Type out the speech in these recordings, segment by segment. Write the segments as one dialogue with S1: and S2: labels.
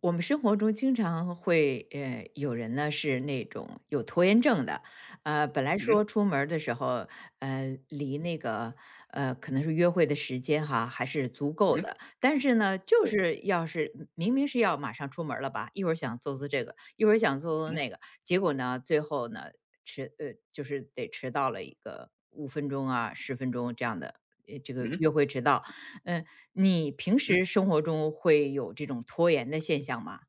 S1: 我们生活中经常会，有人呢是那种有拖延症的。本来
S2: 嗯
S1: 说
S2: 哼，
S1: 出门儿的时候，离那个，可能是约会的时间哈，还是足
S2: 嗯
S1: 够
S2: 哼，
S1: 的，但是呢，就
S2: 对。
S1: 是要是明明是要马上出门儿了吧，一会儿想做做这个，一会儿想做做
S2: 嗯哼，
S1: 那个，结果呢，最后呢，就是得迟到了一个五分钟啊十分钟这样的，这个
S2: 嗯哼，嗯哼。
S1: 约会迟到。嗯。你平时生活中会有这种拖延的现象吗？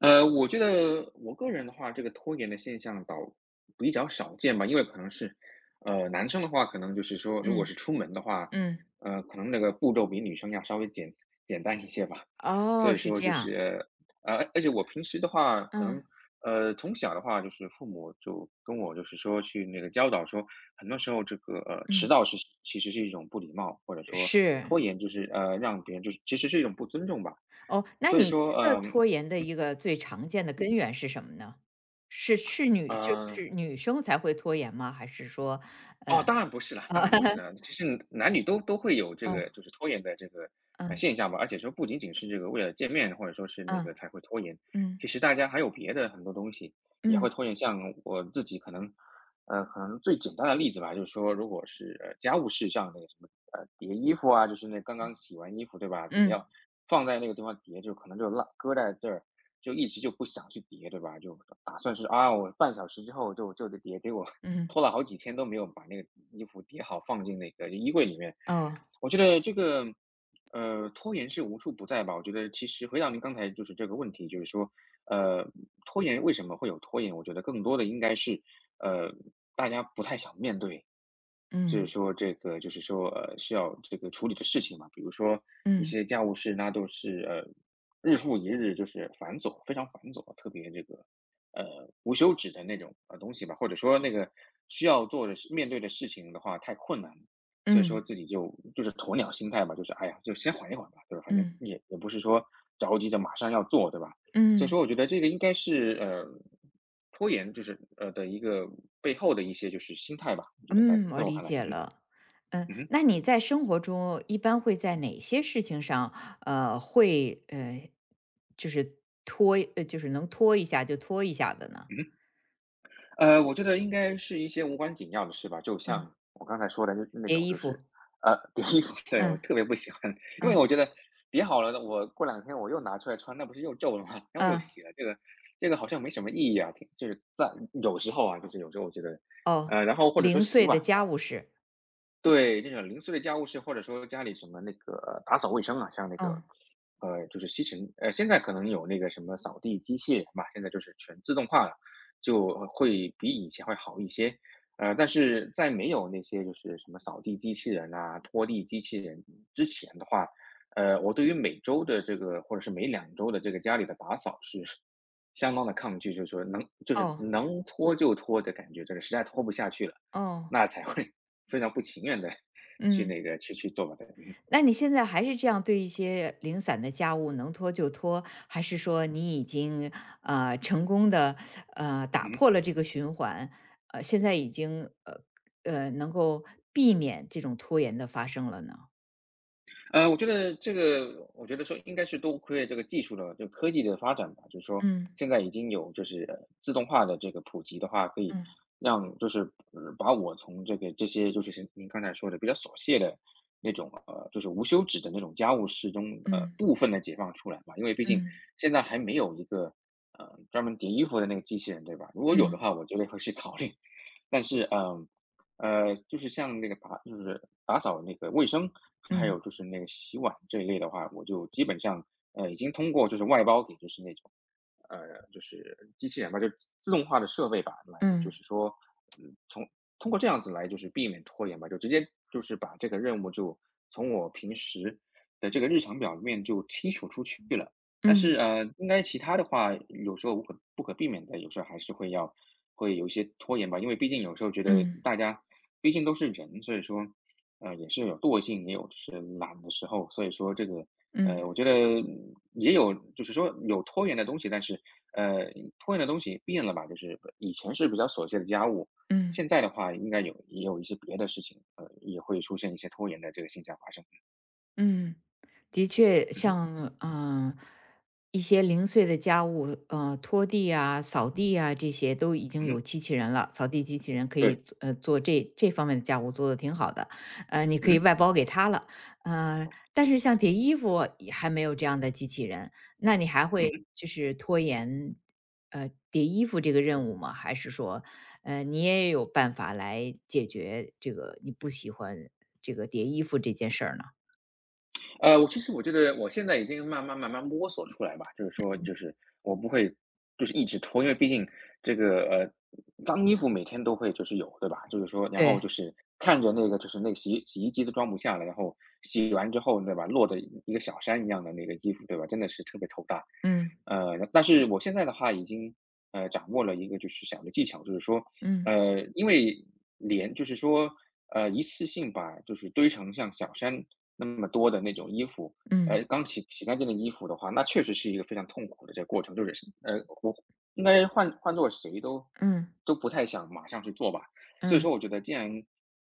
S2: 我觉得我个人的话，这个拖延的现象倒比较少见吧。因为可能是，男生的话，可能就是说，如果
S1: 嗯
S2: 是出门的话，
S1: 嗯。
S2: 可能那个步骤比女生要稍微简单一些吧。所
S1: 哦，
S2: 以
S1: 是
S2: 说
S1: 这
S2: 就
S1: 样。
S2: 是，而且我平时的话，可
S1: 嗯。
S2: 能，从小的话，就是父母就跟我就是说去那个教导说，很多时候这个迟
S1: 嗯。
S2: 到是其实是一种不礼貌，或者说
S1: 是。
S2: 拖延就是让别人就是其实是一种不尊重吧。
S1: 哦，那
S2: 所以
S1: 你觉
S2: 说，
S1: 得
S2: 嗯、
S1: 拖延的一个最常见的根源是什么呢？是是女就
S2: 嗯。呃
S1: 是女生才会拖延吗？还是说
S2: 哦，当然不是啦，当
S1: 啊
S2: 然不是啦。其实男女都 会有这
S1: 哦。
S2: 个就是拖延的这个，
S1: 嗯
S2: 现象吧。而且说不仅仅是这个为了见面或者说是那
S1: 嗯。
S2: 个才会拖延，
S1: 嗯。
S2: 其实大家还有别的很多东西也
S1: 嗯。
S2: 会拖延。像我自己可能，可能最简单的例子吧，就是说如果是，家务事上那个什么，叠衣服啊，就是那刚刚洗完衣服对吧，叠
S1: 嗯。嗯。
S2: 要放在那个地方叠就可能就烂搁在这儿，就一直就不想去叠，对吧？就打算是啊，我半小时之后就得叠，给我
S1: 嗯。
S2: 拖了好几天都没有把那个衣服叠好放进那个衣柜里面。
S1: 哦。
S2: 我觉得这个，拖延是无处不在吧？我觉得其实回到您刚才就是这个问题。就是说，呃，拖延为什么会有拖延？我觉得更多的应该是，呃，大家不太想面对。就是
S1: 嗯。
S2: 说这个就是说，需要这个处理的事情嘛。比如说一
S1: 嗯。
S2: 些家务事，那都是日复一日，就是繁琐，非常繁琐，特别这个无休止的那种东西吧，或者说那个需要做的事面对的事情的话太困难了。所以说
S1: 嗯。
S2: 自己就是鸵鸟心态嘛，就是哎呀，就先缓一缓吧，就是反正
S1: 嗯。
S2: 也不是说着急着马上要做，对吧？所以
S1: 嗯嗯。
S2: 说我觉得这个应该是，拖延就是的一个背后的一些就是心态吧，我觉得在
S1: 嗯，我
S2: 在我
S1: 理
S2: 看来。
S1: 解
S2: 嗯
S1: 了。嗯，
S2: 哼，嗯哼，
S1: 那你在生活中一般会在哪些事情上，会就是就是能拖一下就拖一下的呢？
S2: 嗯哼。我觉得应该是一些无关紧要的事吧。就
S1: 嗯，
S2: 像我刚才说的那那
S1: 叠
S2: 种
S1: 衣
S2: 就
S1: 服。
S2: 是，叠衣服，对，我
S1: 嗯
S2: 特别不喜欢。因为
S1: 嗯
S2: 我觉得叠好了的，我过两天我又拿出来穿，那不是又皱了吗？然后又
S1: 嗯。
S2: 洗了，这个好像没什么意义啊，挺就是在有时候啊，就是有时候我觉得，
S1: 哦，
S2: 然后或者说
S1: 零
S2: 洗
S1: 碎的
S2: 碗，
S1: 家务事。
S2: 对，那种零碎的家务事，或者说家里什么那个打扫卫生啊，像那个，
S1: 嗯。
S2: 就是吸尘。现在可能有那个什么扫地机器人吧。现在就是全自动化了，就会比以前会好一些。但是在没有那些就是什么扫地机器人啊、拖地机器人之前的话，我对于每周的这个或者是每两周的这个家里的打扫是相当的抗拒。就是说能就是
S1: 哦
S2: 能拖就拖的感觉，这个实在拖不下去了，
S1: 哦。
S2: 那才会非常不情愿的 去
S1: 嗯。
S2: 那个去做吧，对。
S1: 那你现在还是这样对一些零散的家务能拖就拖，还是说你已经成功的打
S2: 嗯
S1: 破了这个循环，现在已经能够避免这种拖延的发生了呢？
S2: 我觉得这个我觉得说应该是多亏了这个技术的，就科技的发展吧。就是说
S1: 嗯
S2: 现在已经有就是自动化的这个普及的话，可以
S1: 嗯
S2: 让就是把我从这些就是您刚才说的比较琐屑的那种，就是无休止的那种家务事中，
S1: 嗯
S2: 部分的解放出来吧。因为毕竟
S1: 嗯
S2: 现在还没有一个，专门叠衣服的那个机器人，对吧？如果有的
S1: 嗯
S2: 话，我觉得会去考虑。但是，嗯。就是像那个打就是打扫那个卫生，还
S1: 嗯
S2: 有就是那个洗碗这一类的话，我就基本上，已经通过就是外包给就是那种，呃，就是机器人吧，就自动化的设备吧，来就
S1: 嗯
S2: 是说，嗯，从通过这样子来就是避免拖延吧，就直接就是把这个任务就从我平时的这个日常表里面就剔除出去了。但
S1: 嗯
S2: 是
S1: 嗯
S2: 应该其他的话，有时候无可不可避免的，有时候还是会要会有一些拖延吧。因为毕竟有时候觉得
S1: 嗯
S2: 大家毕竟都是人，所以说，也是有惰性，也有就是懒的时候。所以说这个，
S1: 嗯嗯
S2: 我觉得嗯也有，就是说有拖延的东西，但是，呃，拖延的东西变了吧，就是以前是比较琐碎的家务，
S1: 嗯。
S2: 现在的话应该有也有一些别的事情，也会出现一些拖延的这个现象发生。
S1: 嗯，的确，像一些零碎的家务，拖地啊、扫地啊，这些都已经
S2: 嗯哼，
S1: 有机器人了。扫地机器人可以
S2: 对。
S1: 做这方面的家务，做的挺好的。你可以
S2: 嗯，
S1: 外包给他了。但是像叠衣服也还没有这样的机器人，那你还会
S2: 嗯。
S1: 就是拖延叠衣服这个任务吗？还是说，你也有办法来解决这个你不喜欢这个叠衣服这件事儿呢？
S2: 我其实我觉得我现在已经慢慢慢慢摸索出来吧，就是说，就是我不会就是一直拖。因为毕竟这个脏衣服每天都会就是有，对吧？就是说，然后
S1: 对。
S2: 就是看着那个就是那个洗衣机都装不下了，然后洗完之后，对吧？落的一个小山一样的那个衣服，对吧？真的是特别头大。
S1: 嗯。
S2: 但是我现在的话已经掌握了一个就是小的技巧。就是说，
S1: 嗯。
S2: 因为连就是说一次性把就是堆成像小山那么多的那种衣服，
S1: 嗯。
S2: 刚洗干净的衣服的话，那确实是一个非常痛苦的这个过程，就是呃，我应该换做谁都
S1: 嗯。
S2: 都不太想马上去做吧。所以说
S1: 嗯。
S2: 我觉得既然，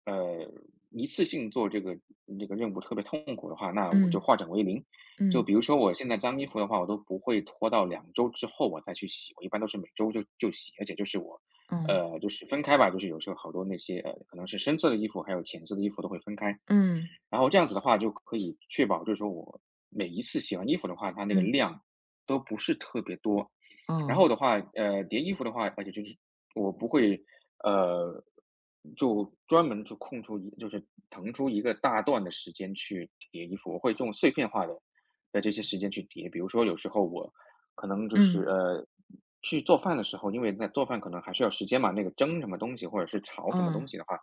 S2: 呃，一次性做这个任务特别痛苦的话，那我就
S1: 嗯。
S2: 化整为零。就
S1: 嗯。
S2: 比如说我现在脏衣服的话，我都不会拖到两周之后我再去洗，我一般都是每周就洗。而且就是我，
S1: 哦。
S2: 就是分开吧，就是有时候好多那些可能是深色的衣服，还有浅色的衣服都会分开，
S1: 嗯。
S2: 然后这样子的话就可以确保，就是说我每一次洗完衣服的话，它那个
S1: 嗯。
S2: 量都不是特别多。然
S1: 哦。
S2: 后的话，叠衣服的话，而且就是我不会，呃，就专门就空出一，就是腾出一个大段的时间去叠衣服，我会用碎片化的这些时间去叠。比如说有时候我可能就是
S1: 嗯。
S2: 去做饭的时候。因为在做饭可能还需要时间嘛，那个蒸什么东西或者是炒什么东
S1: 哦。
S2: 西的话，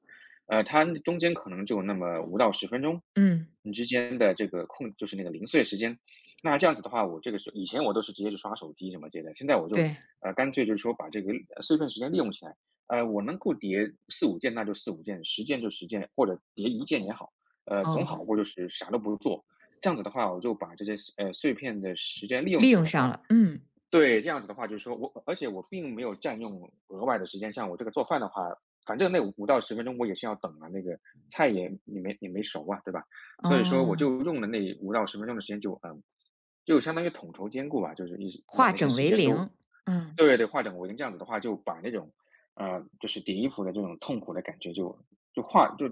S2: 它中间可能就那么5到10分钟
S1: 嗯。
S2: 之间的这个空就是那个零碎时间。那这样子的话，我这个是以前我都是直接就刷手机什么之类的，现在我就，
S1: 对。
S2: 干脆就是说把这个碎片时间利用起来。我能够叠四五件，那就四五件十件就十件，或者叠一件也好，总
S1: 哦，
S2: 好过就是啥都不做。这样子的话，我就把这些，碎片的时间利用
S1: 利
S2: 起来
S1: 用
S2: 的
S1: 上
S2: 话。
S1: 了。嗯。
S2: 对，这样子的话就是说我而且并没有占用额外的时间。像我这个做饭的话，反正那五到十分钟我也是要等啊，那个菜也没熟啊，对吧？所以说我
S1: 哦，
S2: 就用了那五到十分钟的时间就就相当于统筹兼顾吧。就是一把
S1: 化
S2: 那些
S1: 整
S2: 时
S1: 为
S2: 间都
S1: 零。嗯。
S2: 对对，化整为零。这样子的话，就把那种，就是叠衣服的这种痛苦的感觉就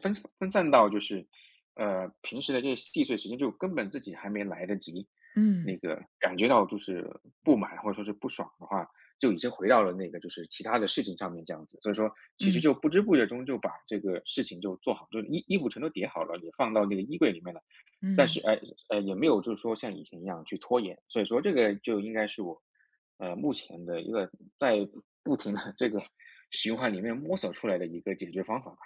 S2: 分散到就是，平时的这些细碎时间，就根本自己还没来得及
S1: 嗯。
S2: 感觉到就是不满或者说是不爽的话，就已经回到了那个就是其他的事情上面这样子。所以说其实
S1: 嗯。
S2: 就不知不觉中就把这个事情就做好，就是衣服全都叠好了，也放到那个衣柜里面了。但是，
S1: 嗯。
S2: 哎，也没有就是说像以前一样去拖延，所以说这个就应该是我，目前的一个在不停的这个循环里面摸索出来的一个解决方法吧。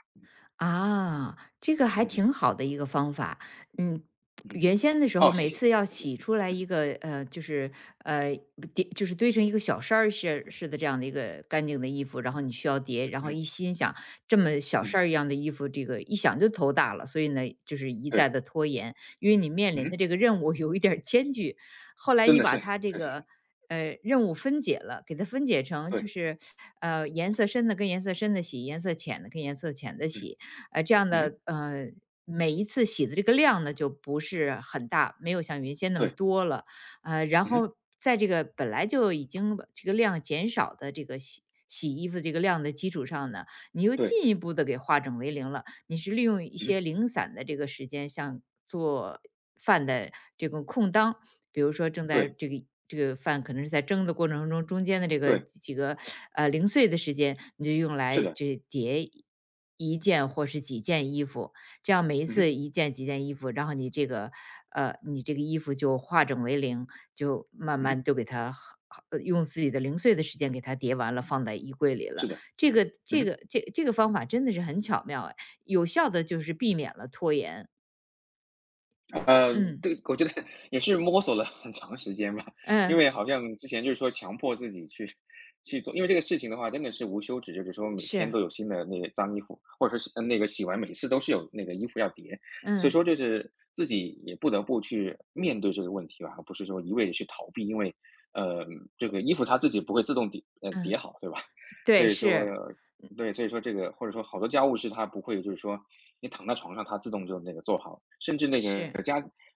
S1: 啊，这个还
S2: 嗯哼，
S1: 挺好的一个方法。嗯。
S2: 嗯哼。
S1: 原先的时候，
S2: 哦，谢
S1: 每
S2: 谢，
S1: 次要
S2: 谢谢。
S1: 洗出来
S2: 嗯
S1: 一
S2: 哼，
S1: 个就是呃就是堆成一个小山儿似的这样的一个干净的衣服，然后你需要叠，然后
S2: 嗯，
S1: 一心想这么小
S2: 嗯，
S1: 山儿一样的衣服，这个一想就头大了，所以呢，就是一再
S2: 对，
S1: 的拖延，因为你面
S2: 嗯
S1: 临
S2: 哼，
S1: 的这个任务 有一点儿艰巨。后来
S2: 真
S1: 你
S2: 的
S1: 把
S2: 是，
S1: 它这
S2: 谢谢，
S1: 个。任务分解了，给它分解成
S2: 对，
S1: 就是，颜色深的跟颜色深的洗，颜色浅的跟颜色浅的
S2: 嗯，
S1: 洗，这样
S2: 嗯
S1: 呢，
S2: 哼。
S1: 每一次洗的这个量呢就不是很大，没有像原先那么
S2: 对，
S1: 多了。然
S2: 嗯哼
S1: 后在这个本来就已经这个量减少的这个洗衣服这个量的基础上呢，你又
S2: 对，
S1: 进一步的给化整为零了。你是利用一
S2: 嗯
S1: 些
S2: 哼
S1: 零散的这个时间，像做饭的这个空当，比如说正在
S2: 对，
S1: 这个饭可能是在蒸的过程中，中间的这个
S2: 对，
S1: 几个零碎的时间，你就用
S2: 是
S1: 来
S2: 的，
S1: 这叠一件或是几件衣服，这样每一
S2: 嗯
S1: 次
S2: 哼
S1: 一件几件衣服，然后你这个衣服就化整为零，就慢
S2: 嗯
S1: 慢
S2: 哼
S1: 都给它好。用自己的零碎的时间给它叠完了，放在衣柜里了。
S2: 是的，
S1: 这个
S2: 嗯
S1: 这
S2: 哼
S1: 个这这个方法真的是很巧妙哎，有效的就是避免了拖延。
S2: 呃，
S1: 嗯
S2: 对，我觉得也是摸索了很长时间吧。因
S1: 嗯。
S2: 为好像之前就是说强迫自己去做，因为这个事情的话真的是无休止，就是说每天
S1: 是。
S2: 都有新的那个脏衣服，或者说是那个洗完每次都是有那个衣服要叠，所以
S1: 嗯
S2: 说就是自己也不得不去面对这个问题吧，而不是说一味的去逃避。因为呃这个衣服它自己不会自动叠
S1: 嗯。
S2: 好，对吧？所
S1: 对。
S2: 以说
S1: 是。
S2: 对，所以说这个或者说好多家务事它不会就是说你躺在床上它自动就那个做好，甚至。
S1: 是。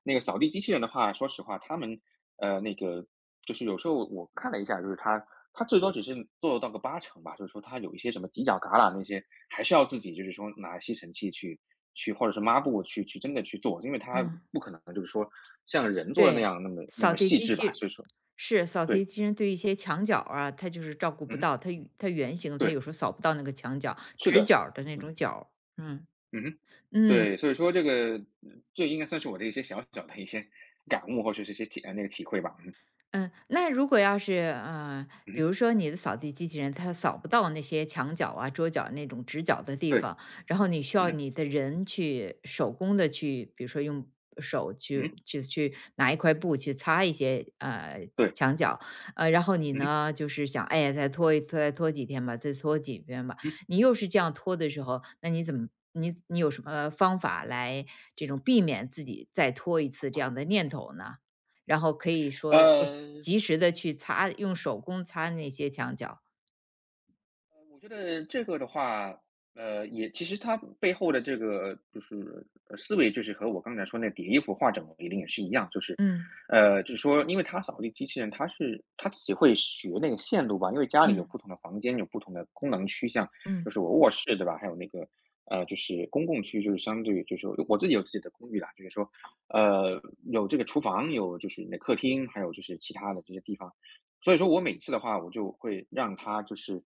S2: 那个扫地机器人的话，说实话，他们，那个就是有时候我看了一下，就是它它最多只是做到个八成吧，就是说它有一些什么犄角旮旯那些，还是要自己就是说拿吸尘器去或者是抹布去真的去做。因为它
S1: 嗯。
S2: 不可能就是说像人做的那
S1: 对，
S2: 样那么那
S1: 扫
S2: 么
S1: 地
S2: 细
S1: 机
S2: 致吧，所
S1: 器
S2: 以说
S1: 是扫
S2: 对，
S1: 地机器人对一些墙角儿啊，它就是照顾不
S2: 嗯哼
S1: 到，它与它圆形，它
S2: 对，
S1: 有时候扫不到那个墙角，
S2: 是
S1: 直
S2: 的，
S1: 角儿的那
S2: 嗯，
S1: 种角儿。嗯。
S2: 嗯哼
S1: 嗯。
S2: 对，所以说这个这应该算是我的一些小小的一些 感悟，或者是一些那个体会吧。嗯，
S1: 嗯，那如果要是呃，比
S2: 嗯
S1: 如说你的扫地机器人它扫不到那些墙角啊、桌角那种直角的地
S2: 对，
S1: 方，然后你需要
S2: 嗯
S1: 你的人去手工的去，比如说用手去
S2: 嗯
S1: 去去拿一块布去擦一些
S2: 对，
S1: 墙角，然后你
S2: 嗯
S1: 呢就是想，哎呀，再拖一拖，再拖几天吧，再拖几天吧，
S2: 嗯，
S1: 你又是这样拖的时候，那你怎么？你有什么方法来这种避免自己再拖一次这样的念头呢？然后可以说我
S2: 呃，
S1: 及时的用手工擦那些墙角。
S2: 我觉得这个的话，也其实它背后的这个就是思维，就是和我刚才说那叠衣服化整为零也是一样。就是，
S1: 嗯。
S2: 就是说，因为它扫地机器人，它自己会学那个线路吧，因为家里有
S1: 嗯。
S2: 不同的房间，有不同的功能区项，就
S1: 嗯。
S2: 是我卧室对吧？还有那个就是公共区，就是相对于就是我自己有自己的公寓啦，就是说，呃，有这个厨房，有就是你的客厅，还有就是其他的这些地方。所以说我每次的话，我就会让他就是，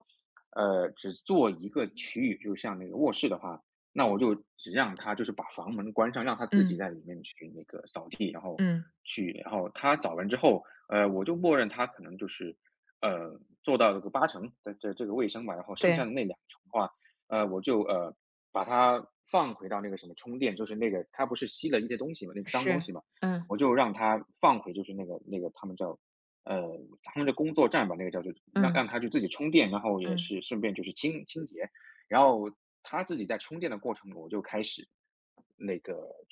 S2: 只做一个区域，就是像那个卧室的话，那我就只让他就是把房门关上，让他自己
S1: 嗯。
S2: 在里面去那个扫地，然后
S1: 嗯。
S2: 然后他扫完之后，我就默认他可能就是，呃，做到这个八成的这个卫生吧。然后剩下的
S1: 对。
S2: 那两成的话，我就把它放回到那个什么充电，就是那个他不是吸了一些东西嘛，那脏东
S1: 是。
S2: 西嘛，
S1: 嗯。
S2: 我就让他放回就是那个他们叫呃，他们的工作站吧，那个叫做
S1: 嗯。
S2: 让他就自己充电，然后也
S1: 嗯。
S2: 是顺便就是清洁。然后他自己在充电的过程，我就开始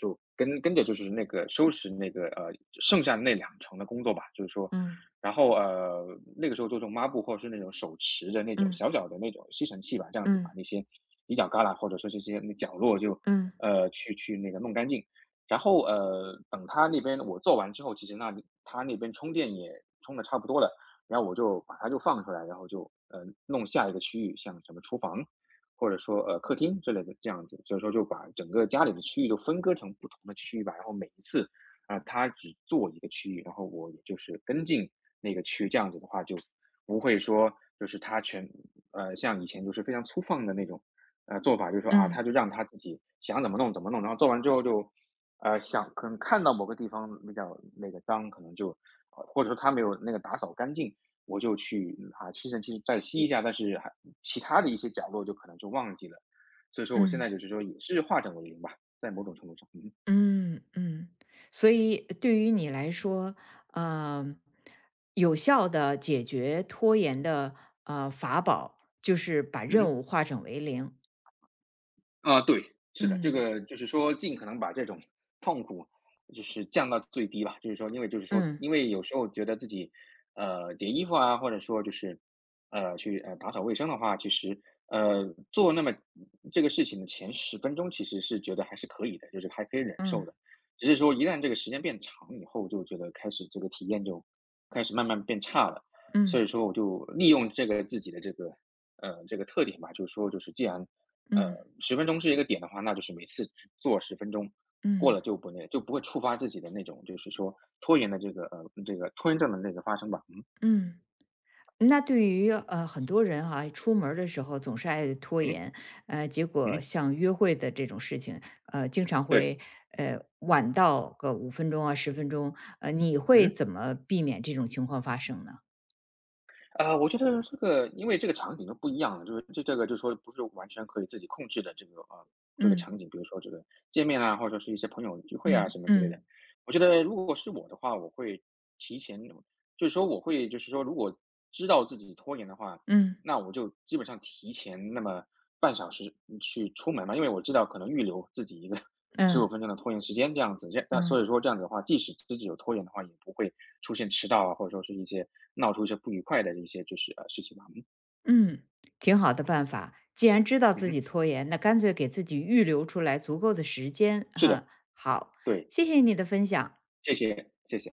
S2: 跟着就是那个收拾那个，剩下的那两层的工作吧。就是说，
S1: 嗯。
S2: 然后，那个时候就用抹布或者是那种手持的那种
S1: 嗯。
S2: 小小的那种吸尘器吧，这样子把
S1: 嗯。
S2: 那些犄角旮旯或者说这些那角落就，
S1: 嗯。
S2: 去那个弄干净。然后，等他那边我做完之后，其实那里他那边充电也充的差不多了，然后我就把它就放出来，然后就，呃，弄下一个区域，像什么厨房或者说，客厅之类的这样子。所以说就把整个家里的区域都分割成不同的区域吧，然后每一次，啊，他只做一个区域，然后我也就是跟进那个区域，这样子的话就不会说就是他全呃，像以前就是非常粗放的那种，做法。就是说啊，他
S1: 嗯。
S2: 就让他自己想怎么弄怎么弄，然后做完之后就，想可能看到某个地方比较那个脏，可能就，或者说他没有那个打扫干净，我就去吸尘器再吸一下，但是其他的一些角落就可能就忘记了。所以说我现在
S1: 嗯。
S2: 就是说也是化整为零吧，在某种程度上，嗯哼，
S1: 嗯。嗯。所以对于你来说，呃，有效的解决拖延的，法宝就是把
S2: 嗯
S1: 任
S2: 哼。
S1: 务化整为零。
S2: 啊，对，是的。这
S1: 嗯。
S2: 个就是说尽可能把这种痛苦就是降到最低吧。就是说，因为就是说，
S1: 嗯。
S2: 因为有时候觉得自己，叠衣服啊，或者说就是，去打扫卫生的话，其实做那么这个事情的前十分钟，其实是觉得还是可以的，就是还可以忍受
S1: 嗯。
S2: 的。只是说一旦这个时间变长以后，就觉得开始这个体验就开始慢慢变差了。所
S1: 嗯。
S2: 以说，我就利用这个自己的这个这个特点吧。就是说，就是既然
S1: 嗯。
S2: 10分钟是一个点的话，那就是每次只做十分钟，过
S1: 嗯。
S2: 了
S1: 嗯
S2: 就不那就不会触发自己的那种，就是说拖延的这个这个拖延症的那个发生吧。
S1: 嗯。那对于很多人哈、出门儿的时候总是爱拖
S2: 嗯，
S1: 延，结果
S2: 嗯，
S1: 像约会的这种事情，经常
S2: 对，
S1: 会晚到个五分钟啊十分钟，你会
S2: 嗯。
S1: 怎么避免这种情况发生呢？
S2: 我觉得这个因为这个场景都不一样了，就是这个就是说不是完全可以自己控制的这个啊，这个
S1: 嗯
S2: 场景，比如说这个见面啊，或者说是一些朋友聚会啊
S1: 嗯
S2: 什么之类的。
S1: 嗯
S2: 我觉得如果是我的话，我会提前就是说我会就是说如果知道自己拖延的话，
S1: 嗯
S2: 那我就基本上提前那么半小时去出门嘛，因为我知道可能预留自己一个十五
S1: 嗯
S2: 分钟的拖延时间这样子。
S1: 嗯
S2: 所以说这样子的话，即使自己有拖延的话，也不会出现迟到啊，或者说是闹出一些不愉快的一些就是，事情吧。嗯，
S1: 嗯，挺好的办法。既然知道
S2: 嗯
S1: 自
S2: 哼，
S1: 己拖延，那干脆给自己预留出来足够的时间
S2: 是
S1: 哈。
S2: 的，
S1: 好，
S2: 对，
S1: 谢谢你的分享。
S2: 谢谢，谢谢。